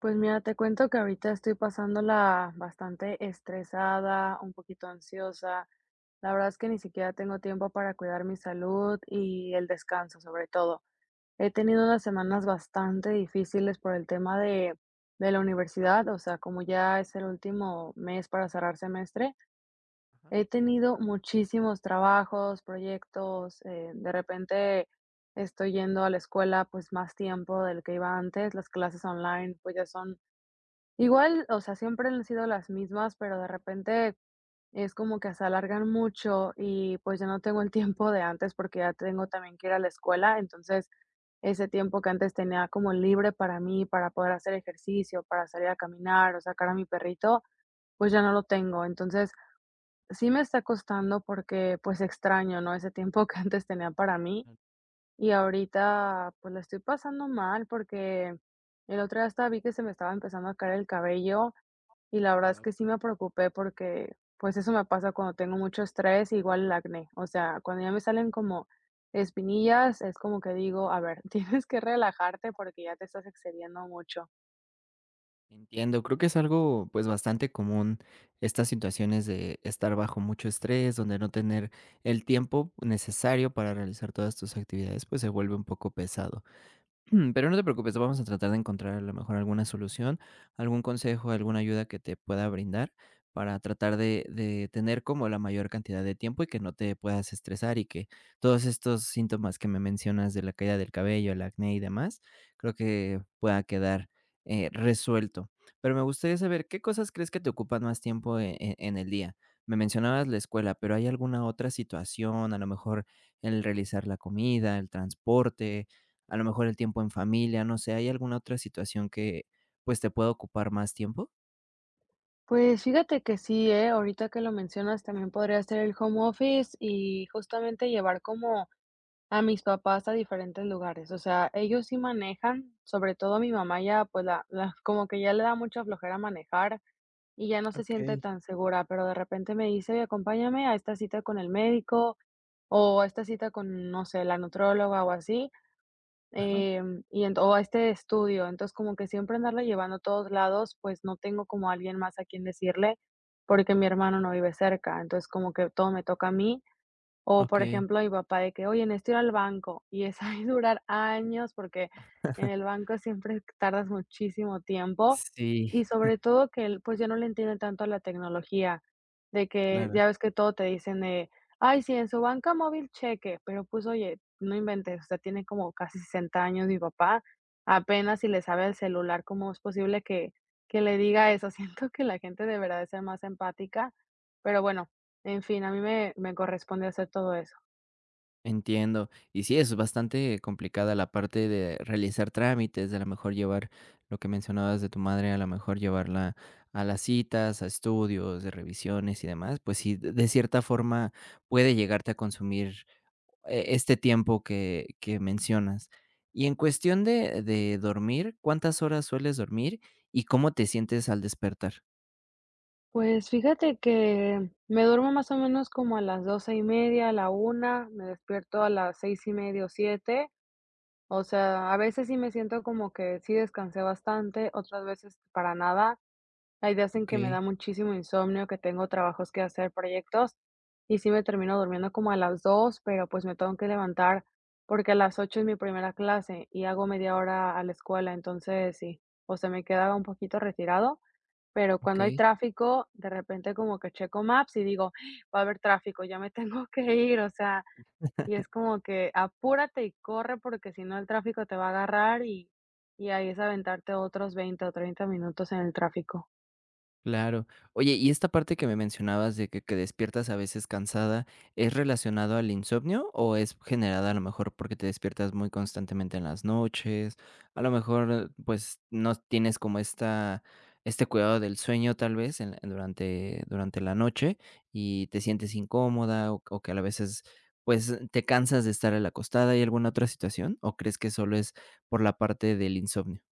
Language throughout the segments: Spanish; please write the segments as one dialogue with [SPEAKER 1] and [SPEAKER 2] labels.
[SPEAKER 1] Pues mira, te cuento que ahorita estoy pasándola bastante estresada, un poquito ansiosa. La verdad es que ni siquiera tengo tiempo para cuidar mi salud y el descanso, sobre todo. He tenido unas semanas bastante difíciles por el tema de la universidad, o sea, como ya es el último mes para cerrar semestre,
[SPEAKER 2] Ajá.
[SPEAKER 1] he tenido muchísimos trabajos, proyectos, de repente estoy yendo a la escuela pues más tiempo del que iba antes, las clases online pues ya son igual, o sea, siempre han sido las mismas, pero de repente es como que se alargan mucho y, pues, ya no tengo el tiempo de antes, porque ya tengo también que ir a la escuela. Entonces, ese tiempo que antes tenía como libre para mí, para poder hacer ejercicio, para salir a caminar o sacar a mi perrito, pues, ya no lo tengo. Entonces, sí me está costando porque, pues, extraño, ¿no?, ese tiempo que antes tenía para mí. Y ahorita, pues, la estoy pasando mal porque el otro día hasta vi que se me estaba empezando a caer el cabello y la verdad es
[SPEAKER 2] Guau,
[SPEAKER 1] que sí me preocupé porque, pues, eso me pasa cuando tengo mucho estrés, igual el acné. O sea, cuando ya me salen como espinillas, es como que digo, a ver, tienes que relajarte porque ya te estás excediendo mucho.
[SPEAKER 2] entiendo. Creo que es algo, pues, bastante común estas situaciones de estar bajo mucho estrés, donde no tener el tiempo necesario para realizar todas tus actividades, pues, se vuelve un poco pesado. Pero no te preocupes, vamos a tratar de encontrar a lo mejor alguna solución, algún consejo, alguna ayuda que te pueda brindar para tratar de tener como la mayor cantidad de tiempo y que no te puedas estresar y que todos estos síntomas que me mencionas de la caída del cabello, el acné y demás, creo que pueda quedar resuelto. Pero me gustaría saber qué cosas crees que te ocupan más tiempo en el día. Me mencionabas la escuela, pero ¿hay alguna otra situación? A lo mejor el realizar la comida, el transporte, a lo mejor el tiempo en familia, no sé, ¿hay alguna otra situación que, pues, te pueda ocupar más tiempo?
[SPEAKER 1] Pues fíjate que sí, ¿eh? Ahorita que lo mencionas, también podría ser el home office y justamente llevar como a mis papás a diferentes lugares. O sea, ellos sí manejan, sobre todo mi mamá ya, pues la como que ya le da mucha flojera manejar. Y ya no se siente
[SPEAKER 2] Okey,
[SPEAKER 1] tan segura, pero de repente me dice: "Oye, acompáñame a esta cita con el médico, o a esta cita con, no sé, la nutrióloga o así,
[SPEAKER 2] ajá,
[SPEAKER 1] y ent o a este estudio". Entonces, como que siempre andarla llevando a todos lados, pues, no tengo como alguien más a quien decirle, porque mi hermano no vive cerca. Entonces, como que todo me toca a mí, o, por
[SPEAKER 2] okey.
[SPEAKER 1] ejemplo, mi papá de que: "Oye, necesito ir al banco", y es ahí durar años, porque en el banco siempre tardas muchísimo tiempo,
[SPEAKER 2] Sí.
[SPEAKER 1] y sobre todo que él, pues, ya no le entiende tanto a la tecnología, de que
[SPEAKER 2] Claro.
[SPEAKER 1] ya ves que todo te dicen de: "Ay, sí, en su banca móvil cheque", pero, pues, oye, no inventes, o sea, tiene como casi 60 años mi papá, apenas si le sabe al celular, ¿cómo es posible que le diga eso? Siento que la gente deberá de ser más empática, pero bueno, en fin, a mí me corresponde hacer todo eso.
[SPEAKER 2] Entiendo. Y sí, es bastante complicada la parte de realizar trámites, de a lo mejor llevar lo que mencionabas de tu madre, a lo mejor llevarla a las citas, a estudios, de revisiones y demás, pues sí, de cierta forma puede llegarte a consumir e este tiempo que mencionas. Y en cuestión de dormir, ¿cuántas horas sueles dormir y cómo te sientes al despertar?
[SPEAKER 1] Pues fíjate que me duermo más o menos como a las doce y media a la una, me despierto a las 6:30 o siete. O sea, a veces sí me siento como que sí descansé bastante, otras veces para nada. Hay días en que me
[SPEAKER 2] Ok,
[SPEAKER 1] da muchísimo insomnio, que tengo trabajos que hacer, proyectos, y sí me termino durmiendo como a las dos, pero, pues, me tengo que levantar porque a las ocho es mi primera clase y hago media hora a la escuela, entonces sí, o sea, me queda un poquito retirado. Pero
[SPEAKER 2] ok.
[SPEAKER 1] cuando hay tráfico, de repente como que checo Maps y digo: "Ah, va a haber tráfico, ya me tengo que ir", o sea, y es como que apúrate y corre, porque si no el tráfico te va a agarrar y ahí es aventarte otros 20 o 30 minutos en el tráfico.
[SPEAKER 2] Claro. Oye, y esta parte que me mencionabas de que despiertas a veces cansada, ¿es relacionado al insomnio o es generada a lo mejor porque te despiertas muy constantemente en las noches? A lo mejor, pues, no tienes como esta, este cuidado del sueño tal vez en durante, durante la noche y te sientes incómoda o que a la veces, pues, te cansas de estar en la acostada. ¿Hay alguna otra situación? ¿O crees que solo es por la parte del insomnio?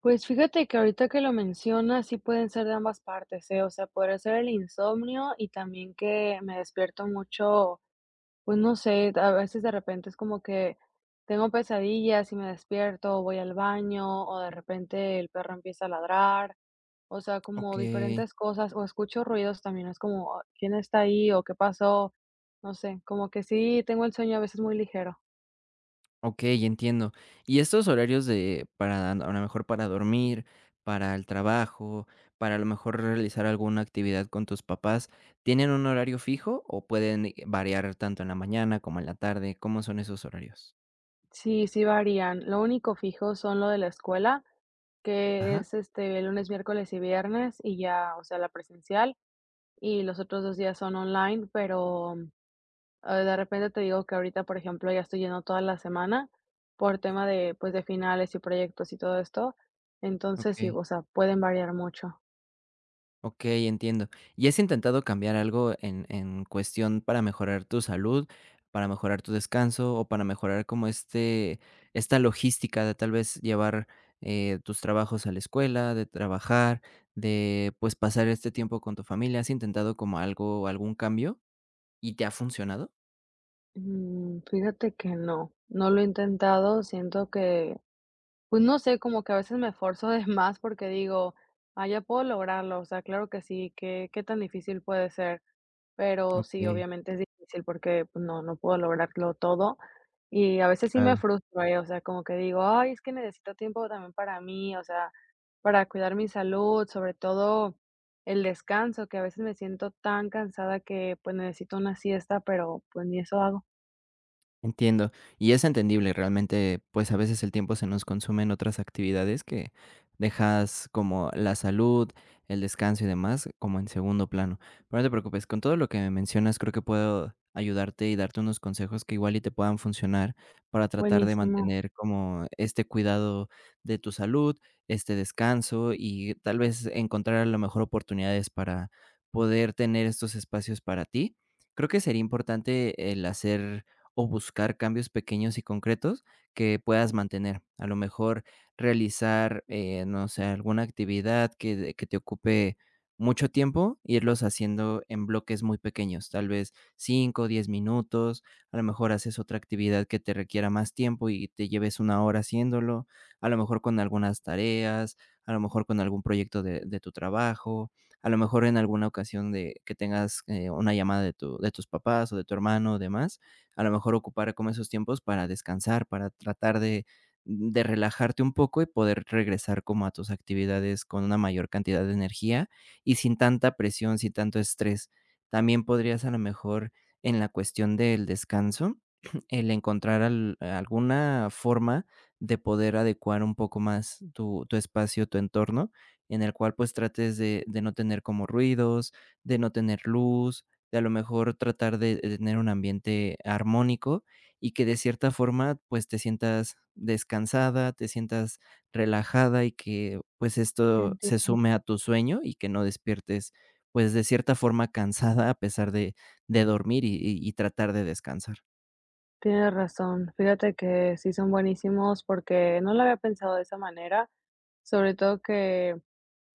[SPEAKER 1] Pues fíjate que ahorita que lo mencionas, sí pueden ser de ambas partes, ¿eh? O sea, podría ser el insomnio y también que me despierto mucho. Pues no sé, a veces de repente es como que tengo pesadillas y me despierto, voy al baño, o de repente el perro empieza a ladrar, o sea,
[SPEAKER 2] Ok,
[SPEAKER 1] como diferentes cosas, o escucho ruidos también, es como, ah, ¿quién está ahí? O ¿qué pasó? No sé, como que sí tengo el sueño a veces muy ligero.
[SPEAKER 2] okey, entiendo. Y estos horarios de para, a lo mejor, para dormir, para el trabajo, para, a lo mejor, realizar alguna actividad con tus papás, ¿tienen un horario fijo o pueden variar tanto en la mañana como en la tarde? ¿Cómo son esos horarios?
[SPEAKER 1] Sí, sí varían. Lo único fijo son lo de la escuela, que
[SPEAKER 2] Ajá,
[SPEAKER 1] es este lunes, miércoles y viernes, y ya, o sea, la presencial, y los otros 2 días son online, pero ah, de repente te digo que ahorita, por ejemplo, ya estoy yendo toda la semana por tema de, pues, de finales y proyectos y todo esto. Entonces, sí,
[SPEAKER 2] okey.
[SPEAKER 1] o sea, pueden variar mucho.
[SPEAKER 2] Okey, entiendo. ¿Y has intentado cambiar algo en cuestión para mejorar tu salud, para mejorar tu descanso o para mejorar como este esta logística de tal vez llevar, tus trabajos a la escuela, de trabajar, de, pues, pasar este tiempo con tu familia? ¿Has intentado como algo algún cambio y te ha funcionado?
[SPEAKER 1] Mm, fíjate que no, no lo he intentado. Siento que, pues no sé, como que a veces me esfuerzo de más porque digo, ah, ya puedo lograrlo. O sea, claro que sí, ¿qué tan difícil puede ser? Pero
[SPEAKER 2] Ok,
[SPEAKER 1] sí, obviamente es difícil porque pues, no, no puedo lograrlo todo. Y a veces sí me
[SPEAKER 2] claro.
[SPEAKER 1] frustro, o sea, como que digo: "Ay, es que necesito tiempo también para mí", o sea, para cuidar mi salud, sobre todo el descanso, que a veces me siento tan cansada que, pues, necesito una siesta, pero, pues, ni eso hago.
[SPEAKER 2] Entiendo, y es entendible, realmente, pues, a veces el tiempo se nos consume en otras actividades que dejas como la salud, el descanso y demás como en segundo plano. Pero no te preocupes, con todo lo que me mencionas, creo que puedo ayudarte y darte unos consejos que igual y te puedan funcionar para tratar de
[SPEAKER 1] Buenísimo,
[SPEAKER 2] mantener como este cuidado de tu salud, este descanso y tal vez encontrar a lo mejor oportunidades para poder tener estos espacios para ti. Creo que sería importante el hacer o buscar cambios pequeños y concretos que puedas mantener. A lo mejor realizar, no sé, alguna actividad que te ocupe mucho tiempo, irlos haciendo en bloques muy pequeños, tal vez 5, o 10 minutos, a lo mejor haces otra actividad que te requiera más tiempo y te lleves una hora haciéndolo, a lo mejor con algunas tareas, a lo mejor con algún proyecto de tu trabajo, a lo mejor en alguna ocasión de que tengas una llamada de tus papás o de tu hermano o demás a lo mejor ocupar como esos tiempos para descansar, para tratar de relajarte un poco y poder regresar como a tus actividades con una mayor cantidad de energía y sin tanta presión, sin tanto estrés. También podrías, a lo mejor, en la cuestión del descanso, el encontrar al alguna forma de poder adecuar un poco más tu espacio, tu entorno, en el cual, pues, trates de no tener como ruidos, de no tener luz, de a lo mejor tratar de tener un ambiente armónico y que de cierta forma, pues, te sientas descansada, te sientas relajada y que, pues, esto se
[SPEAKER 1] entiendo.
[SPEAKER 2] sume a tu sueño y que no despiertes, pues, de cierta forma cansada a pesar de dormir y tratar de descansar.
[SPEAKER 1] Tienes razón. Fíjate que sí son buenísimos porque no lo había pensado de esa manera, sobre todo que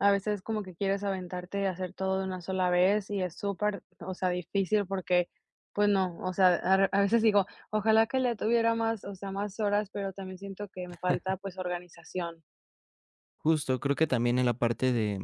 [SPEAKER 1] a veces como que quieres aventarte y hacer todo de una sola vez y es súper, o sea, difícil porque, pues no, o sea, a veces digo, ojalá que le tuviera más, o sea, más horas, pero también siento que me falta pues organización.
[SPEAKER 2] Justo, creo que también en la parte de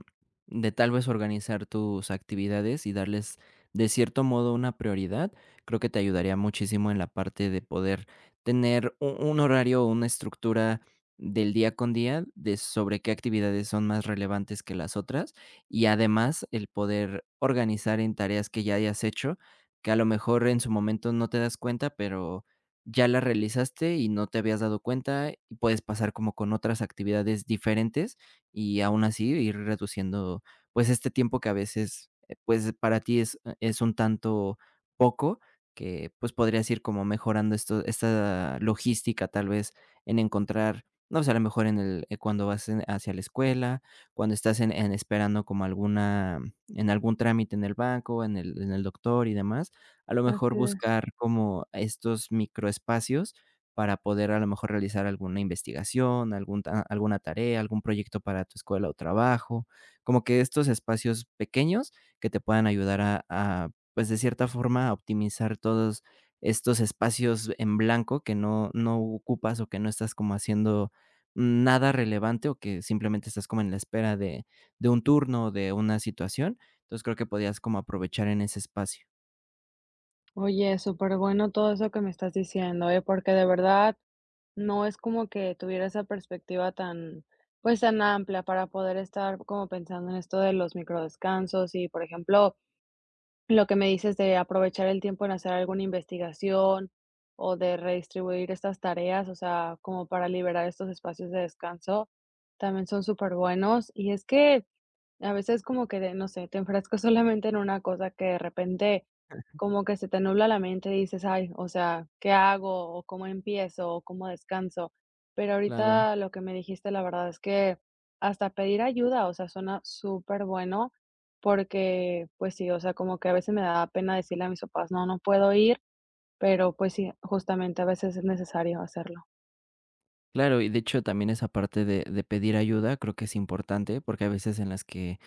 [SPEAKER 2] de tal vez organizar tus actividades y darles de cierto modo una prioridad, creo que te ayudaría muchísimo en la parte de poder tener u un horario o una estructura del día con día de sobre qué actividades son más relevantes que las otras, y además el poder organizar en tareas que ya hayas hecho, que a lo mejor en su momento no te das cuenta, pero ya la realizaste y no te habías dado cuenta, y puedes pasar como con otras actividades diferentes y aún así ir reduciendo, pues, este tiempo que a veces, pues, para ti es un tanto poco, que, pues, podrías ir como mejorando esto esta logística, tal vez, en encontrar, no sé, a lo mejor en el cuando vas en hacia la escuela, cuando estás en esperando como alguna en algún trámite en el banco, en el doctor y demás, a lo mejor
[SPEAKER 1] Así es.
[SPEAKER 2] buscar como estos microespacios para poder, a lo mejor, realizar alguna investigación, algún ta alguna tarea, algún proyecto para tu escuela o trabajo, como que estos espacios pequeños que te puedan ayudar a, pues, de cierta forma, a optimizar todos estos espacios en blanco que no no ocupas o que no estás como haciendo nada relevante o que simplemente estás como en la espera de un turno o de una situación. Entonces, creo que podías como aprovechar en ese espacio.
[SPEAKER 1] Oye, súper bueno todo eso que me estás diciendo, ¿eh? Porque de verdad no es como que tuviera esa perspectiva tan, pues tan amplia para poder estar como pensando en esto de los microdescansos y, por ejemplo, lo que me dices de aprovechar el tiempo en hacer alguna investigación o de redistribuir estas tareas, o sea, como para liberar estos espacios de descanso, también son súper buenos. Y es que a veces como que de, no sé, te enfrascas solamente en una cosa que de repente como que se te nubla la mente y dices, ay, o sea, ¿qué hago? ¿O cómo empiezo? ¿O cómo descanso? Pero
[SPEAKER 2] Claro.
[SPEAKER 1] ahorita lo que me dijiste, la verdad es que hasta pedir ayuda, o sea, suena súper bueno porque, pues sí, o sea, como que a veces me da pena decirle a mis papás, no, no puedo ir, pero pues sí, justamente a veces es necesario hacerlo.
[SPEAKER 2] Claro, y de hecho también esa parte de pedir ayuda creo que es importante, porque hay veces en las que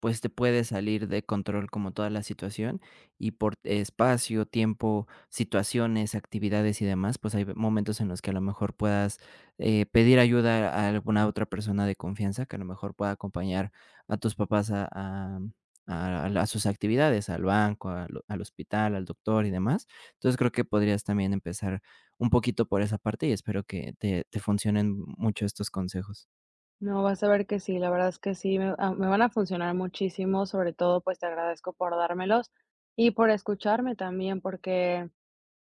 [SPEAKER 2] pues, te puede salir de control como toda la situación y por espacio, tiempo, situaciones, actividades y demás, pues, hay momentos en los que a lo mejor puedas, pedir ayuda a alguna otra persona de confianza que a lo mejor pueda acompañar a tus papás a sus actividades, al banco, al hospital, al doctor y demás. Entonces, creo que podrías también empezar un poquito por esa parte y espero que te te funcionen mucho estos consejos.
[SPEAKER 1] No, vas a ver que sí, la verdad es que sí, me van a funcionar muchísimo, sobre todo pues te agradezco por dármelos y por escucharme también, porque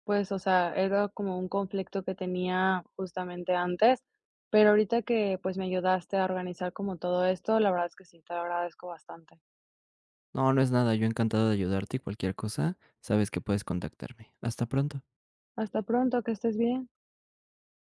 [SPEAKER 1] pues, o sea, era como un conflicto que tenía justamente antes, pero ahorita que pues me ayudaste a organizar como todo esto, la verdad es que sí, te lo agradezco bastante.
[SPEAKER 2] No, no es nada, yo encantado de ayudarte y cualquier cosa, sabes que puedes contactarme. Hasta pronto.
[SPEAKER 1] Hasta pronto, que estés bien.